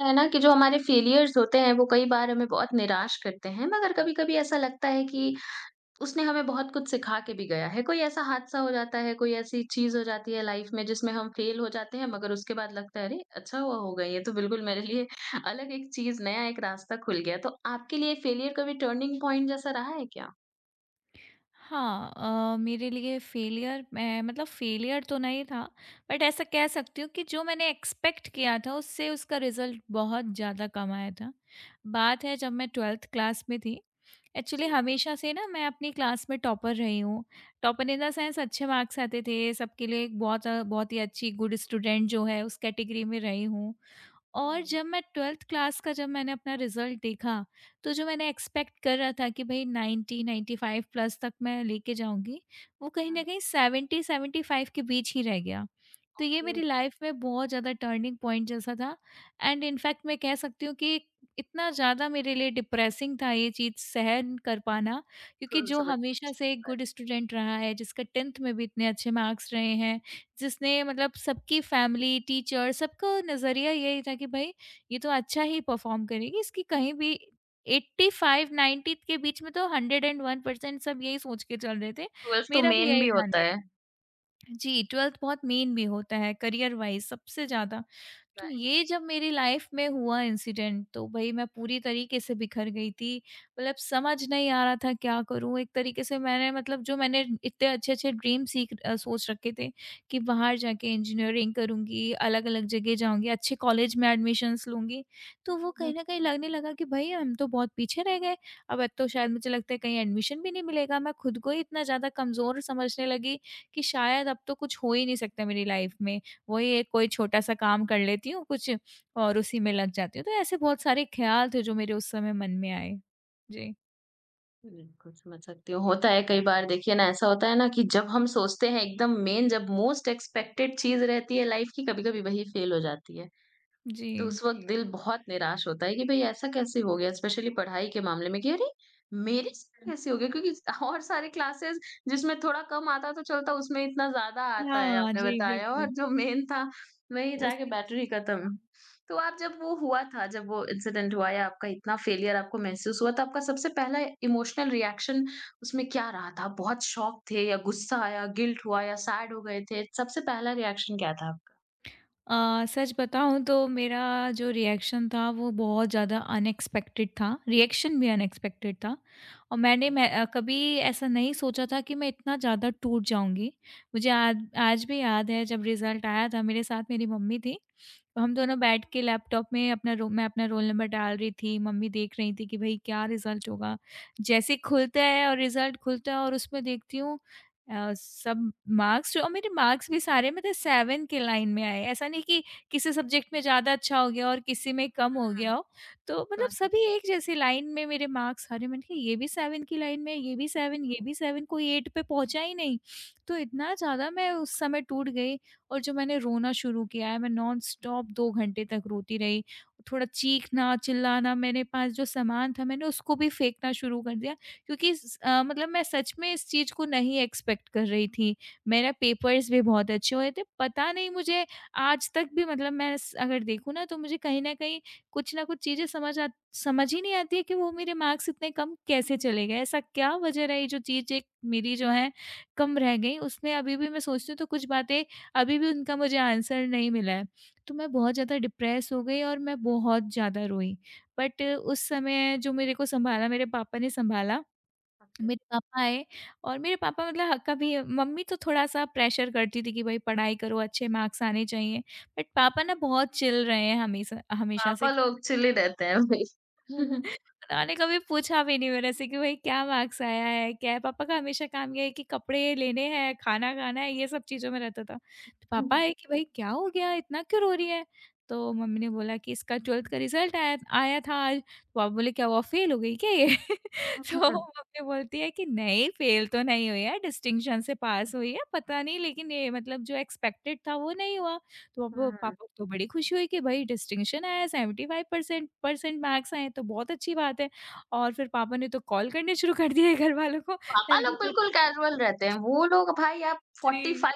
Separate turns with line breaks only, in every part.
है ना कि जो हमारे फेलियर्स होते हैं वो कई बार हमें बहुत निराश करते हैं मगर कभी-कभी ऐसा लगता है कि उसने हमें बहुत कुछ सिखा के भी गया है। कोई ऐसा हादसा हो जाता है, कोई ऐसी चीज़ हो जाती है लाइफ में जिसमें हम फेल हो जाते हैं मगर उसके बाद लगता है अरे! अच्छा हुआ हो गया ये तो बिल्कुल मेरे लिए अलग एक चीज़ नया एक रास्ता खुल गया। तो आपके लिए फेलियर कभी टर्निंग पॉइंट जैसा रहा है क्या?
हाँ। मेरे लिए फेलियर मैं मतलब फेलियर तो नहीं था। बट ऐसा कह सकती हूँ कि जो मैंने एक्सपेक्ट किया था उससे उसका रिजल्ट बहुत ज़्यादा कम आया था। बात है जब मैं ट्वेल्थ क्लास में थी। एक्चुअली
जी।
हमेशा से ना मैं अपनी क्लास में टॉपर रही हूँ। टॉपर इन द सेंस अच्छे मार्क्स आते थे सबके लिए, एक बहुत बहुत ही अच्छी गुड स्टूडेंट जो है उस कैटेगरी में रही हूँ।
हुँ,
और
हुँ, हुँ।
जब मैं 12th क्लास का जब मैंने अपना रिज़ल्ट देखा, तो जो मैंने एक्सपेक्ट कर रहा था कि भई 90-95 प्लस तक मैं लेके जाऊँगी, वो कहीं न
हुँ,
कहीं 70-75 के बीच ही रह गया। तो ये
ओके।
मेरी लाइफ़ में बहुत ज़्यादा टर्निंग पॉइंट जैसा था। एंड इनफैक्ट मैं कह सकती हूँ कि इतना ज़्यादा मेरे लिए डिप्रेसिंग था ये चीज़ सहन कर पाना, क्योंकि
बिल्कुल
जो
समझ।
हमेशा से एक गुड स्टूडेंट रहा है, जिसका 10th में भी इतने अच्छे मार्क्स रहे हैं, जिसने मतलब सबकी फैमिली, टीचर सबका नज़रिया यही था कि भई ये तो अच्छा ही परफ़ॉर्म करेगी, इसकी कहीं भी 85-90 के बीच में तो 101% सब यही सोच के चल रहे थे।
ट्वेल्थ तो
मेरा भी
मेन
यही
भी होता
मानना
है।
था। जी, 12th बहुत मेन भी होता है करियर वाइज़ सबसे ज़्यादा। तो ये जब मेरी लाइफ में हुआ इंसिडेंट तो भई मैं पूरी तरीके से बिखर गई थी। मतलब समझ नहीं आ रहा था क्या करूँ? एक तरीके से मैंने मतलब जो मैंने इतने अच्छे-अच्छे ड्रीम सोच रखे थे कि बाहर जाके इंजीनियरिंग करूँगी, अलग-अलग जगह जाऊँगी, अच्छे कॉलेज में एडमिशन्स लूँगी। तो वो कहीं
राइट।
न कहीं लगने लगा कि भई हम तो बहुत पीछे रह गए। अब तो शायद मुझे लगता है कहीं एडमिशन भी नहीं मिलेगा। मैं खुद को ही इतना ज़्यादा कमज़ोर समझने लगी कि शायद अब तो कुछ हो ही नहीं सकता मेरी लाइफ में। वही एक कोई छोटा-सा काम कर लेती हूँ कुछ और उसी में लग जाती हूँ। तो ऐसे बहुत सारे ख़्याल थे जो मेरे उस समय मन में आए। जी,
बिल्कुल, समझ सकती हूँ। होता है कई बार देखिए ना ऐसा होता है ना कि जब हम सोचते हैं एकदम मेन जब मोस्ट एक्सपेक्टेड चीज़ रहती है लाइफ की, कभी-कभी वही फेल हो जाती है। तो
जी।
उस वक़्त दिल बहुत निराश होता है कि भई ऐसा कैसे हो गया स्पेशली पढ़ाई के मामले में कि अरे! मेरे साथ
हुँ।
कैसे हो गया? क्योंकि और सारे क्लासेस जिसमें थोड़ा कम आता तो चलता उसमें इतना ज़्यादा आता है
हाँ,
आपने
जी
बताया और
बिल्कुल।
जो मेन था वहीं जाके
उसी
बैटरी खत्म। तो आप जब वो हुआ था, जब वो इंसिडेंट हुआ या आपका इतना फेलियर आपको महसूस हुआ तो आपका सबसे पहला इमोशनल रिएक्शन उसमें क्या रहा था? बहुत शॉक थे या गुस्सा आया, गिल्ट हुआ या सैड हो गए थे? सबसे पहला रिएक्शन क्या था आपका?
सच बताऊँ तो मेरा जो रिएक्शन था वो बहुत ज़्यादा अनएक्सपेक्टेड था, रिएक्शन भी अनएक्सपेक्टेड था। और मैंने कभी ऐसा नहीं सोचा था कि मैं इतना ज़्यादा टूट जाऊँगी। मुझे आज आज भी याद है जब रिज़ल्ट आया था मेरे साथ मेरी मम्मी थी, तो हम दोनों बैठ के लैपटॉप में अपना रो मैं अपना रोल नंबर डाल रही थी, मम्मी देख रही थी कि भई क्या रिज़ल्ट होगा। जैसे ही खुलता है और रिज़ल्ट खुलता है और उसमें देखती हूँ, सब मार्क्स जो और मेरे मार्क्स भी सारे मतलब 7 के लाइन में आए। ऐसा नहीं कि किसी सब्जेक्ट में ज़्यादा अच्छा हो गया और किसी में कम हो
हुँ,
गया हो। तो मतलब
कौन
सभी एक जैसी लाइन में मेरे मार्क्स सारे, मैंने कहा ये भी 7 की लाइन में है, ये भी 7, ये भी 7, कोई 8 पे पहुँचा ही नहीं। तो इतना ज़्यादा मैं उस समय टूट गई और जो मैंने रोना शुरू किया है, मैं नॉनस्टॉप 2 घंटे तक रोती रही। थोड़ा चीखना, चिल्लाना, मेरे पास जो सामान था मैंने उसको भी फेंकना शुरू कर दिया। क्योंकि मतलब मैं सच में इस चीज़ को नहीं एक्सपेक्ट कर रही थी। मेरा पेपर्स भी बहुत अच्छे हुए थे। पता नहीं मुझे आज तक भी मतलब मैं स अगर देखूँ ना तो मुझे कहीं न कहीं कुछ ना कुछ चीज़ें समझ ही नहीं आती है कि वो मेरे मार्क्स इतने कम कैसे चले गए? ऐसा क्या वजह रही जो चीज़ एक मेरी जो है कम रह गई? उसमें अभी भी मैं सोचती हूँ तो कुछ बातें अभी भी उनका मुझे आंसर नहीं मिला है। तो मैं बहुत ज़्यादा डिप्रेस हो गई और मैं बहुत ज़्यादा रोई। बट उस समय जो मेरे को सँभाला मेरे पापा ने सँभाला।
सा?
मेरे पापा आए और मेरे पापा मतलब ह कभी मम्मी तो थोड़ा-सा प्रेशर करती थी कि भई पढ़ाई करो, अच्छे मार्क्स आने चाहिए। बट पापा ना बहुत चिल रहे हैं, हमेशा हमेशा से।
पापा लोग चिल ही रहते हैं भाई।
उन्होंने कभी पूछा भी नहीं मेरे से कि भाई क्या मार्क्स आया है, क्या है? पापा का हमेशा काम ये है कि कपड़े लेने हैं, खाना खाना है, ये सब चीज़ों में रहता था। तो पापा है कि भाई क्या हो गया? इतना क्यों रो रही है? तो मम्मी ने बोला कि इसका 12th का रिज़ल्ट आया आया था आज। तो पापा बोले, क्या हुआ फेल हो गई क्या ये? तो मम्मी बोलती है कि नहीं फेल तो नहीं हुई है, डिस्टिंक्शन से पास हुई है, पता नहीं लेकिन ये मतलब जो एक्सपेक्टेड था वो नहीं हुआ। तो अब पापा
हुँ।
को तो बड़ी खुशी हुई कि भाई डिस्टिंक्शन आया 75% परसेंट परसेंट मार्क्स आए तो बहुत अच्छी बात है। और फिर पापा ने तो कॉल करने शुरू कर दिए घरवालों को।
पापा
मैंने कहा
लोग बिल्कुल
पापा
कैज़ुअल रहते हैं। वो लोग भाई आप 45
जी,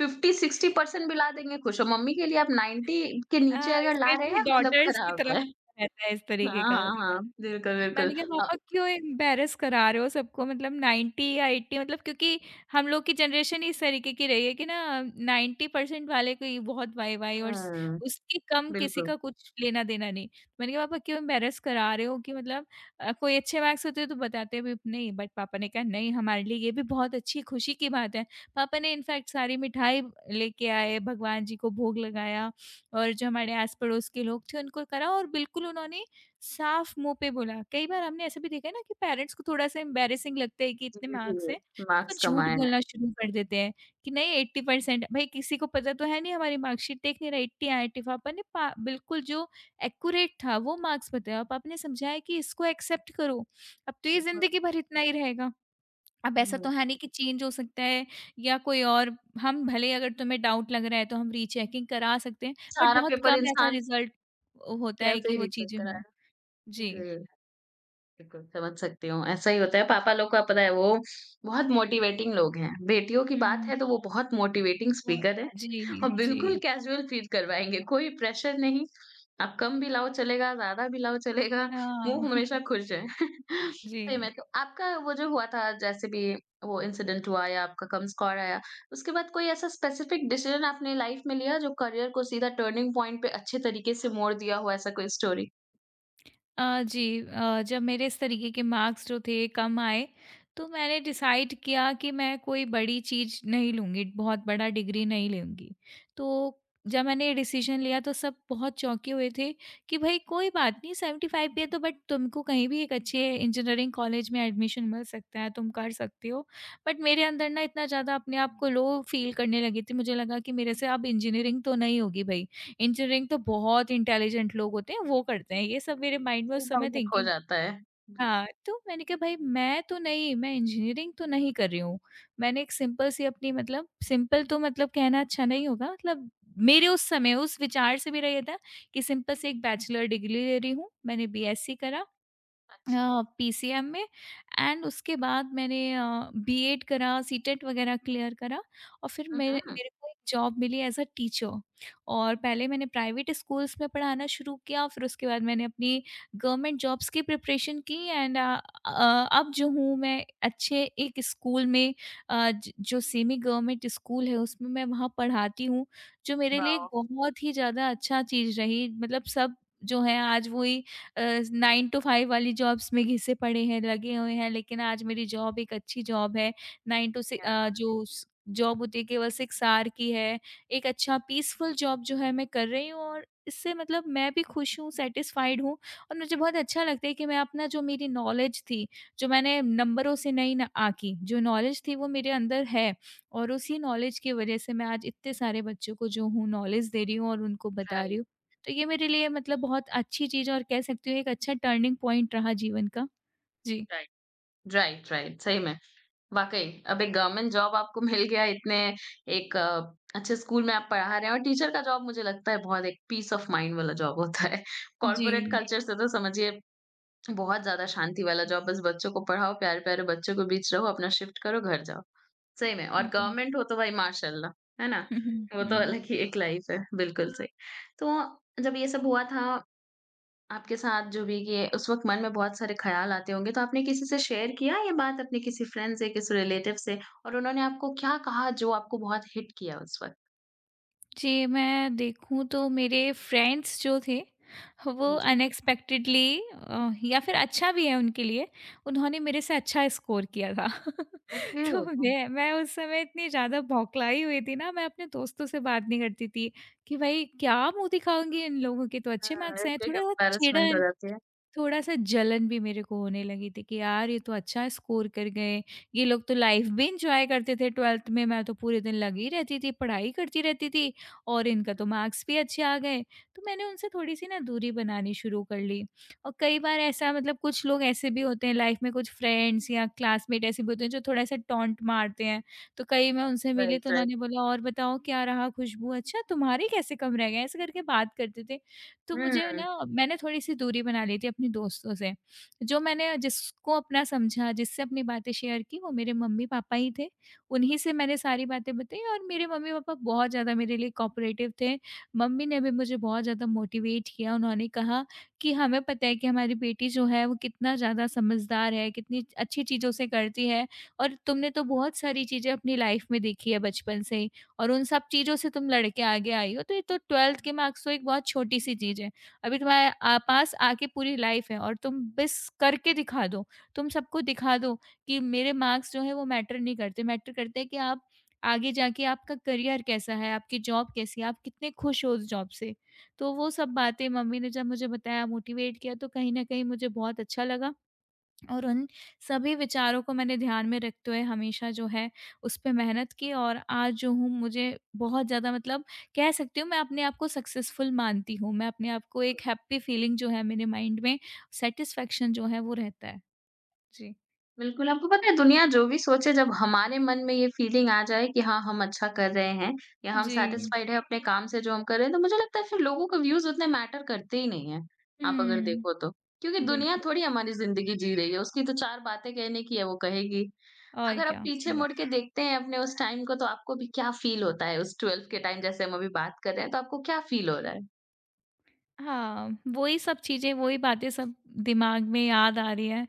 50-60% भी ला देंगे खुश हो। मम्मी के लिए आप 90 के नीचे
हाँ,
अगर ला रहे
स्पेशली
हैं मतलब
डॉटर्स की
खराब
तरफ
है।
रहता है इस
हाँ,
तरीके का।
हाँ, हाँ। बिल्कुल, बिल्कुल।
मैंने कहा
अ,
पापा क्यों एम्बैरस करा रहे हो सबको, मतलब 90 या 80 मतलब, क्योंकि हम लोग की जनरेशन इस तरीके की रही है कि ना 90% वाले को ये बहुत वाई-वाई और स
हुँ,
उसके कम किसी
बिल्कुल।
का कुछ लेना-देना नहीं। तो मैंने कहा पापा क्यों एम्बैरस करा रहे हो कि मतलब कोई अच्छे मार्क्स होते तो बताते भी नहीं। बट पापा ने कहा नहीं हमारे लिए ये भी बहुत अच्छी खुशी की बात है। पापा ने इनफैक्ट सारी मिठाई लेके आए, भगवान जी को भोग लगाया और जो हमारे आस-पड़ोस के लोग थे उनको करा, और बिल्कुल उन्होंने साफ मुँह पे बोला। कई बार हमने ऐसा भी देखा है ना कि पेरेंट्स को थोड़ा-सा एम्बैरेसिंग लगता है कि
जी,
इतने
जी,
मार्क्स
जी।
हैं, तो वो
मार्क्स
झूठ
कमाए हैं।
बोलना शुरू कर देते हैं कि नहीं 80% भाई किसी को पता तो है नहीं, हमारी मार्कशीट देख नहीं रहा, 80 आए 85 ने पा, बिल्कुल जो एक्यूरेट था वो मार्क्स बताया। अब आपने समझाया कि इसको एक्सेप्ट करो, अब तो ये
बिल्कुल,
ज़िंदगी भर इतना ही रहेगा। अब ऐसा तो
हुँ।
है नहीं कि चेंज हो सकता है या कोई और, हम भले, अगर तुम्हें डाउट लग रहा है तो हम रीचेकिंग करा सकते हैं, बट
सारा
बहुत
पेपर
कम ऐसा
इंसान
रिज़ल्ट होता है
कैसे
कि
ही
वो
लिख
चीज़ें
सकता है।
हों। जी।
जी। बिल्कुल, समझ सकती हूँ। ऐसा ही होता है पापा लोग का पता है वो बहुत मोटिवेटिंग लोग हैं। बेटियों की
हुँ,
बात
हुँ,
है तो वो बहुत मोटिवेटिंग
हुँ।
स्पीकर है
जी,
और बिल्कुल
जी।
कैज़ुअल फील करवाएँगे, कोई प्रेशर नहीं। आप कम भी लाओ चलेगा, ज़्यादा भी लाओ चलेगा, वो
हाँ,
हमेशा खुश है।
जी।
सही में तो आपका वो जो हुआ था जैसे भी वो इंसिडेंट हुआ या आपका कम स्कोर आया, उसके बाद कोई ऐसा स्पेसिफिक डिसीजन आपने लाइफ में लिया जो करियर को सीधा टर्निंग पॉइंट पे अच्छे तरीके से मोड़ दिया हो ऐसा कोई स्टोरी?
जी, जब मेरे इस तरीके के मार्क्स जो थे कम आए, तो मैंने डिसाइड किया कि मैं कोई बड़ी चीज़ नहीं लूँगी, बहुत बड़ा डिग्री नहीं लूँगी। तो जब मैंने ये डिसीज़न लिया तो सब बहुत चौंके हुए थे कि भई कोई बात नहीं 75 भी है तो, बट तुमको कहीं भी एक अच्छे इंजीनियरिंग कॉलेज में एडमिशन मिल सकता है, तुम कर सकते हो। बट मेरे अंदर ना इतना ज़्यादा अपने आप को लो फ़ील करने लगी थी, मुझे लगा कि मेरे से अब इंजीनियरिंग तो नहीं होगी भई। इंजीनियरिंग तो बहुत इंटेलिजेंट लोग होते हैं, वो करते हैं। ये सब मेरे माइंड में उस समय
खो
थिंकिंग।
जाता है।
हाँ, तो मैंने कहा भाई मैं तो नहीं, मैं इंजीनियरिंग तो नहीं कर रही हूँ। मैंने एक सिंपल सी अपनी मतलब सिंपल तो मतलब कहना अच्छा नहीं होगा, मतलब मेरे उस समय उस विचार से मेरा ये था कि सिंपल से एक बैचलर डिग्री ले रही हूँ। मैंने बीएससी करा पीसीएम में। एंड उसके बाद मैंने बीएड करा, सीटेट वगैरह क्लियर करा। और फिर
हुँ,
मेरे
हुँ।
मेरे को एक जॉब मिली एज़ अ टीचर। और पहले मैंने प्राइवेट स्कूल्स में पढ़ाना शुरू किया, फिर उसके बाद मैंने अपनी गवर्नमेंट जॉब्स की प्रिपरेशन की, एंड अब जो हूँ मैं अच्छे एक स्कूल में, अ, ज जो सेमी गवर्नमेंट स्कूल है उसमें मैं वहाँ पढ़ाती हूँ, जो मेरे लिए एक
वाओ!
बहुत ही ज़्यादा अच्छा चीज़ रही, मतलब सब जो हैं आज वही अ, 9 टू 5 वाली जॉब्स में घिसे पड़े हैं, लगे हुए हैं, लेकिन आज मेरी जॉब एक अच्छी जॉब है। 9 टू
या
जो स जॉब होती है केवल 6 ऑवर की है। एक अच्छा पीसफुल जॉब जो है मैं कर रही हूँ, और इससे मतलब मैं भी खुश हूँ, सैटिस्फाइड हूँ। और मुझे बहुत अच्छा लगता है कि मैं अपना जो मेरी नॉलेज थी, जो मैंने नंबरों से नहीं ना आंकी, जो नॉलेज थी वो मेरे अंदर है। और उसी नॉलेज की वजह से मैं आज इतने सारे बच्चों को जो हूँ नॉलेज दे रही हूँ और उनको बता रही
राइट,
हूँ। तो ये मेरे लिए मतलब बहुत अच्छी चीज़ और कह सकती हूँ एक अच्छा टर्निंग पॉइंट रहा जीवन का। जी।
राइट, राइट, राइट, सही में। वाक़ई, अब एक गवर्नमेंट जॉब आपको मिल गया इतने एक अच्छे स्कूल में आप पढ़ा रहे हैं और टीचर का जॉब मुझे लगता है बहुत एक पीस ऑफ माइंड वाला जॉब होता है।
जी।
कॉर्पोरेट कल्चर से तो समझिए बहुत ज़्यादा शांति वाला जॉब, बस बच्चों को पढ़ाओ, प्यारे-प्यारे बच्चों के बीच रहो, अपना शिफ्ट करो, घर जाओ। सही में और
जी।
गवर्नमेंट हो तो भाई माशाल्लाह, है ना?
हुँ, हुँ,
वो तो
हुँ।
अलग ही एक लाइफ़ है, बिल्कुल सही। तो जब ये सब हुआ था आपके साथ जो भी ये उस वक़्त मन में बहुत सारे ख़्याल आते होंगे, तो आपने किसी से शेयर किया ये बात अपने किसी फ्रेंड से, किसी रिलेटिव से और उन्होंने आपको क्या कहा जो आपको बहुत हिट किया उस वक़्त?
जी, मैं देखूँ तो मेरे फ्रेंड्स जो थे, वो
जी, जी।
अनएक्सपेक्टेडली या फिर अच्छा भी है उनके लिए, उन्होंने मेरे से अच्छा स्कोर किया था।
ओके।
तो मैं उस समय इतनी ज़्यादा बौखलाई हुई थी ना, मैं अपने दोस्तों से बात नहीं करती थी कि भाई क्या मुँह दिखाऊँगी, इन लोगों के तो अच्छे
हाँ,
मार्क्स आए हैं,
एक एक
थोड़ा-सा
एम्बैरेसमेंट हो
चिढ़न,
जाती है।
थोड़ा-सा जलन भी मेरे को होने लगी थी कि यार ये तो अच्छा स्कोर कर गए। ये लोग तो लाइफ़ भी एन्जॉय करते थे 12th में, मैं तो पूरे दिन लगी रहती थी, पढ़ाई करती रहती थी और इनका तो मार्क्स भी अच्छे आ गए। तो मैंने उनसे थोड़ी-सी ना दूरी बनानी शुरू कर ली और कई बार ऐसा कुछ लोग ऐसे भी होते हैं लाइफ़ में, कुछ फ्रेंड्स या क्लासमेट ऐसे भी होते हैं जो थोड़ा-सा टॉन्ट मारते हैं। तो कई मैं उनसे मिली तो
राइट, राइट।
उन्होंने बोला, "और बताओ क्या रहा खुशबू? अच्छा तुम्हारे कैसे कम रह गए?" ऐसे करके बात करते थे। तो मुझे
हुँ।
ना मैंने थोड़ी-सी दूरी बना ली थी अपने दोस्तों से। जो मैंने, जिसको अपना समझा, जिससे अपनी बातें शेयर की वो मेरे मम्मी-पापा ही थे। उन्हीं से मैंने सारी बातें बताई और मेरे मम्मी-पापा बहुत ज़्यादा मेरे लिए कोऑपरेटिव थे। मम्मी ने भी मुझे बहुत ज़्यादा मोटिवेट किया। उन्होंने कहा कि हमें पता है कि हमारी बेटी जो है वो कितना ज़्यादा समझदार है, कितनी अच्छी चीज़ों से करती है और तुमने तो बहुत सारी चीज़ें अपनी लाइफ में देखी है बचपन से ही। और उन सब चीज़ों से तुम लड़ के आगे आई हो, तो ये तो 12th के मार्क्स तो एक बहुत छोटी-सी चीज़ है। अभी तुम्हारे पास आके पूरी लाइफ़ है और तुम बस करके दिखा दो। तुम सबको दिखा दो कि मेरे मार्क्स जो हैं वो मैटर नहीं करते, मैटर करते हैं कि आप आगे जाके आपका करियर कैसा है, आपकी जॉब कैसी है, आप कितने खुश हो उस जॉब से। तो वो सब बातें मम्मी ने जब मुझे बताया, मोटिवेट किया, तो कहीं न कहीं मुझे बहुत अच्छा लगा। और उन सभी विचारों को मैंने ध्यान में रखते हुए हमेशा जो है उस पे मेहनत की और आज जो हूँ मुझे बहुत ज़्यादा कह सकती हूँ, मैं अपने आप को सक्सेसफुल मानती हूँ। मैं अपने आप को एक हैप्पी फीलिंग जो है मेरे माइंड में, सैटिस्फैक्शन जो है वो रहता है। जी।
बिल्कुल, आपको पता है दुनिया जो भी सोचे जब हमारे मन में ये फीलिंग आ जाए कि हाँ, हम अच्छा कर रहे हैं या हम
जी।
सैटिस्फाइड हैं अपने काम से जो हम कर रहे हैं, तो मुझे लगता है फिर लोगों के व्यूज़ उतने मैटर करते ही नहीं हैं, आप अगर
हुँ,
देखो तो। क्योंकि दुनिया
बिल्कुल।
थोड़ी हमारी ज़िंदगी जी रही है, उसकी तो 4 बातें कहने की है वो कहेगी।
और
अगर आप
क्या सही
पीछे मुड़
बात
के
है।
देखते हैं अपने उस टाइम को तो आपको भी क्या फ़ील होता है उस 12th के टाइम जैसे हम अभी बात कर रहे हैं, तो आपको क्या फ़ील हो रहा है?
हाँ, वही सब चीज़ें, वही बातें सब दिमाग में याद आ रही है।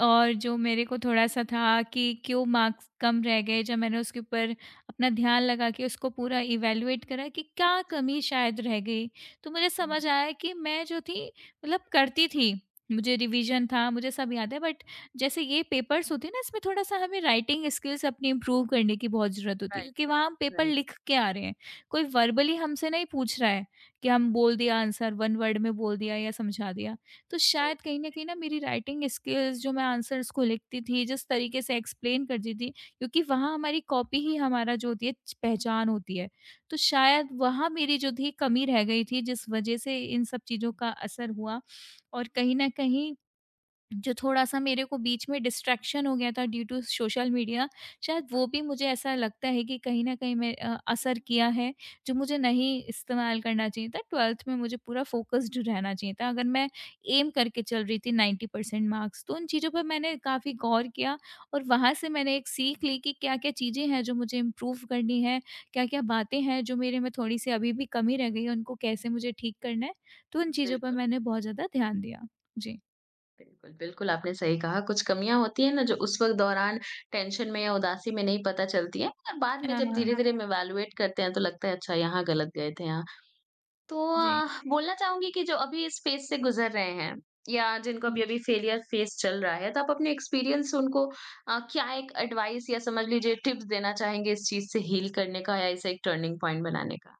और जो मेरे को थोड़ा-सा था कि क्यों मार्क्स कम रह गए, जब मैंने उसके ऊपर अपना ध्यान लगा के उसको पूरा इवैल्यूएट करा कि क्या
जी।
कमी शायद रह गई। तो मुझे
हुँ,
समझ आया कि मैं जो थी करती थी, मुझे रिवीजन था, मुझे सब याद है, बट जैसे ये पेपर्स होते हैं ना, इसमें थोड़ा-सा हमें राइटिंग स्किल्स अपनी इम्प्रूव करने की बहुत ज़रूरत होती है
राइट,
क्योंकि वहाँ हम पेपर
राइट,
लिख के आ रहे हैं। कोई वर्बली हमसे नहीं पूछ रहा है कि हम बोल दिया आंसर, वन वर्ड में बोल दिया या समझा दिया। तो
राइट,
शायद कहीं न कहीं ना मेरी राइटिंग स्किल्स, जो मैं आंसर्स को लिखती थी, जिस तरीके से एक्सप्लेन करती थी, क्योंकि वहाँ हमारी कॉपी ही हमारा जो होती है च पहचान होती है। तो शायद वहाँ मेरी जो थी कमी रह गई थी, जिस वज़ह से इन सब चीज़ों का असर हुआ। और कहीं न कहीं जो थोड़ा-सा मेरे को बीच में डिस्ट्रैक्शन हो गया था ड्यू टू सोशल मीडिया, शायद वो भी मुझे ऐसा लगता है कि कहीं न कहीं मैं असर किया है, जो मुझे नहीं इस्तेमाल करना चाहिए था। 12th में मुझे पूरा फ़ोकस्ड रहना चाहिए था। अगर मैं एम करके चल रही थी 90% मार्क्स, तो उन चीज़ों पे मैंने काफ़ी गौर किया और वहाँ से मैंने एक सीख ली कि क्या-क्या चीज़ें हैं जो मुझे इम्प्रूव करनी है, क्या-क्या बातें हैं जो मेरे में थोड़ी-सी अभी भी कमी रह गई है, उनको कैसे मुझे ठीक करना है। तो उन चीज़ों पर
बिल्कुल।
मैंने बहुत ज़्यादा ध्यान दिया। जी।
बिल्कुल, बिल्कुल आपने सही कहा, कुछ कमियाँ होती हैं ना जो उस वक़्त दौरान टेंशन में या उदासी में नहीं पता चलती हैं और बाद में
अ
जब हाँ। धीरे-धीरे हम इवैल्यूएट करते हैं तो लगता है अच्छा यहाँ गलत गए थे यहाँ। तो
जी,
बोलना चाहूँगी कि जो अभी इस फ़ेज़ से गुज़र रहे हैं या जिनको
जी।
अभी-अभी फेलियर फ़ेज़ चल रहा है, तो आप अपने एक्सपीरियंस से उनको क्या एक एडवाइस या समझ लीजिए टिप्स देना चाहेंगे इस चीज़ से हील करने का या इसे एक टर्निंग पॉइंट बनाने का?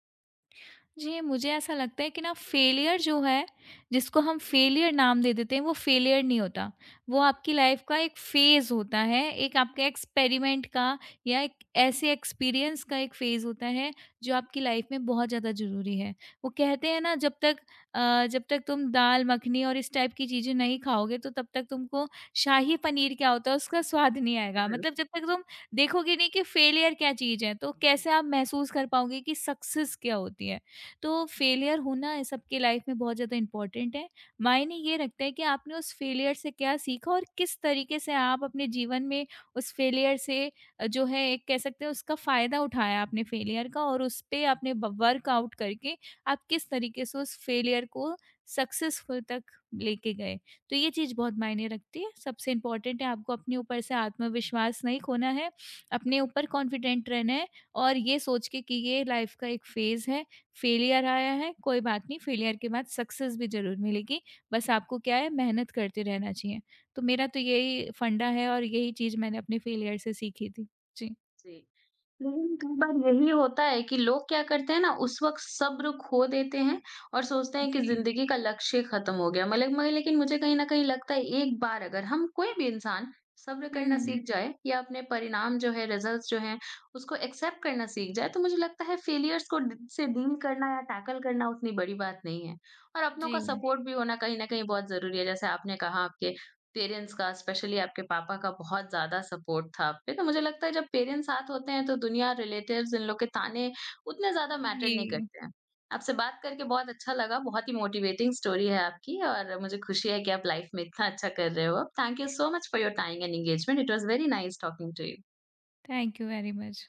जी, मुझे ऐसा लगता है कि ना फेलियर जो है, जिसको हम फेलियर नाम दे देते हैं, वो फेलियर नहीं होता। वो आपकी लाइफ़ का एक फ़ेज़ होता है, एक आपके एक्सपेरिमेंट का या एक ऐसे एक्सपीरियंस का एक फ़ेज़ होता है, जो आपकी लाइफ़ में बहुत ज़्यादा ज़रूरी है। वो कहते हैं ना, जब तक तुम दाल मखनी और इस टाइप की चीज़ें नहीं खाओगे, तो तब तक तुमको शाही पनीर क्या होता है, उसका स्वाद नहीं आएगा। मतलब जब तक तुम देखोगे नहीं कि फेलियर क्या चीज़ है, तो कैसे आप महसूस कर पाओगे कि सक्सेस क्या होती है? तो फेलियर होना सबके लाइफ में बहुत ज़्यादा इम्पोर्टेंट है। मायने ये रखता है कि आपने उस फेलियर से क्या सीखा और किस तरीके से आप अपने जीवन में उस फेलियर से जो है एक कह सकते हैं उसका फ़ायदा उठाया आपने फेलियर का और उस पे आपने ब वर्कआउट करके आप किस तरीके से उस फेलियर को सक्सेसफुल तक लेके गए। तो ये चीज़ बहुत मायने रखती है। सबसे इम्पोर्टेंट है आपको अपने ऊपर से आत्मविश्वास नहीं खोना है, अपने ऊपर कॉन्फिडेंट रहना है और ये सोच के कि ये लाइफ का एक फ़ेज़ है, फेलियर आया है, कोई बात नहीं, फेलियर के बाद सक्सेस भी ज़रूर मिलेगी, बस आपको क्या है, मेहनत करते रहना चाहिए। तो मेरा तो यही फंडा है और यही चीज़ मैंने अपने फेलियर से सीखी थी। जी।
जी। लेकिन कई बार यही होता है कि लोग क्या करते हैं ना उस वक़्त सब्र खो देते हैं और सोचते हैं कि
जी।
ज़िंदगी का लक्ष्य ख़त्म हो गया। मलक मगर लेकिन मुझे कहीं न कहीं लगता है एक बार अगर हम कोई भी इंसान सब्र
हुँ,
करना
हुँ।
सीख जाए या अपने परिणाम जो है रिज़ल्ट्स जो हैं उसको एक्सेप्ट करना सीख जाए तो मुझे लगता है फेलियर्स को ड से डील करना या टैकल करना उतनी बड़ी बात नहीं है। और अपनों का
जी।
सपोर्ट भी होना कहीं न कहीं बहुत ज़रूरी है। जैसे आपने कहा आपके पेरेंट्स का, स्पेशली आपके पापा का बहुत ज़्यादा सपोर्ट था आप पे, तो मुझे लगता है जब पेरेंट्स साथ होते हैं तो दुनिया, रिलेटिव्स इन लोग के ताने उतने ज़्यादा मैटर
जी।
नहीं करते हैं। आपसे बात करके बहुत अच्छा लगा, बहुत ही मोटिवेटिंग स्टोरी है आपकी और मुझे खुशी है कि आप लाइफ में इतना अच्छा कर रहे हो। Thank you so much for your time and engagement, it was very nice talking to you.
Thank you very much.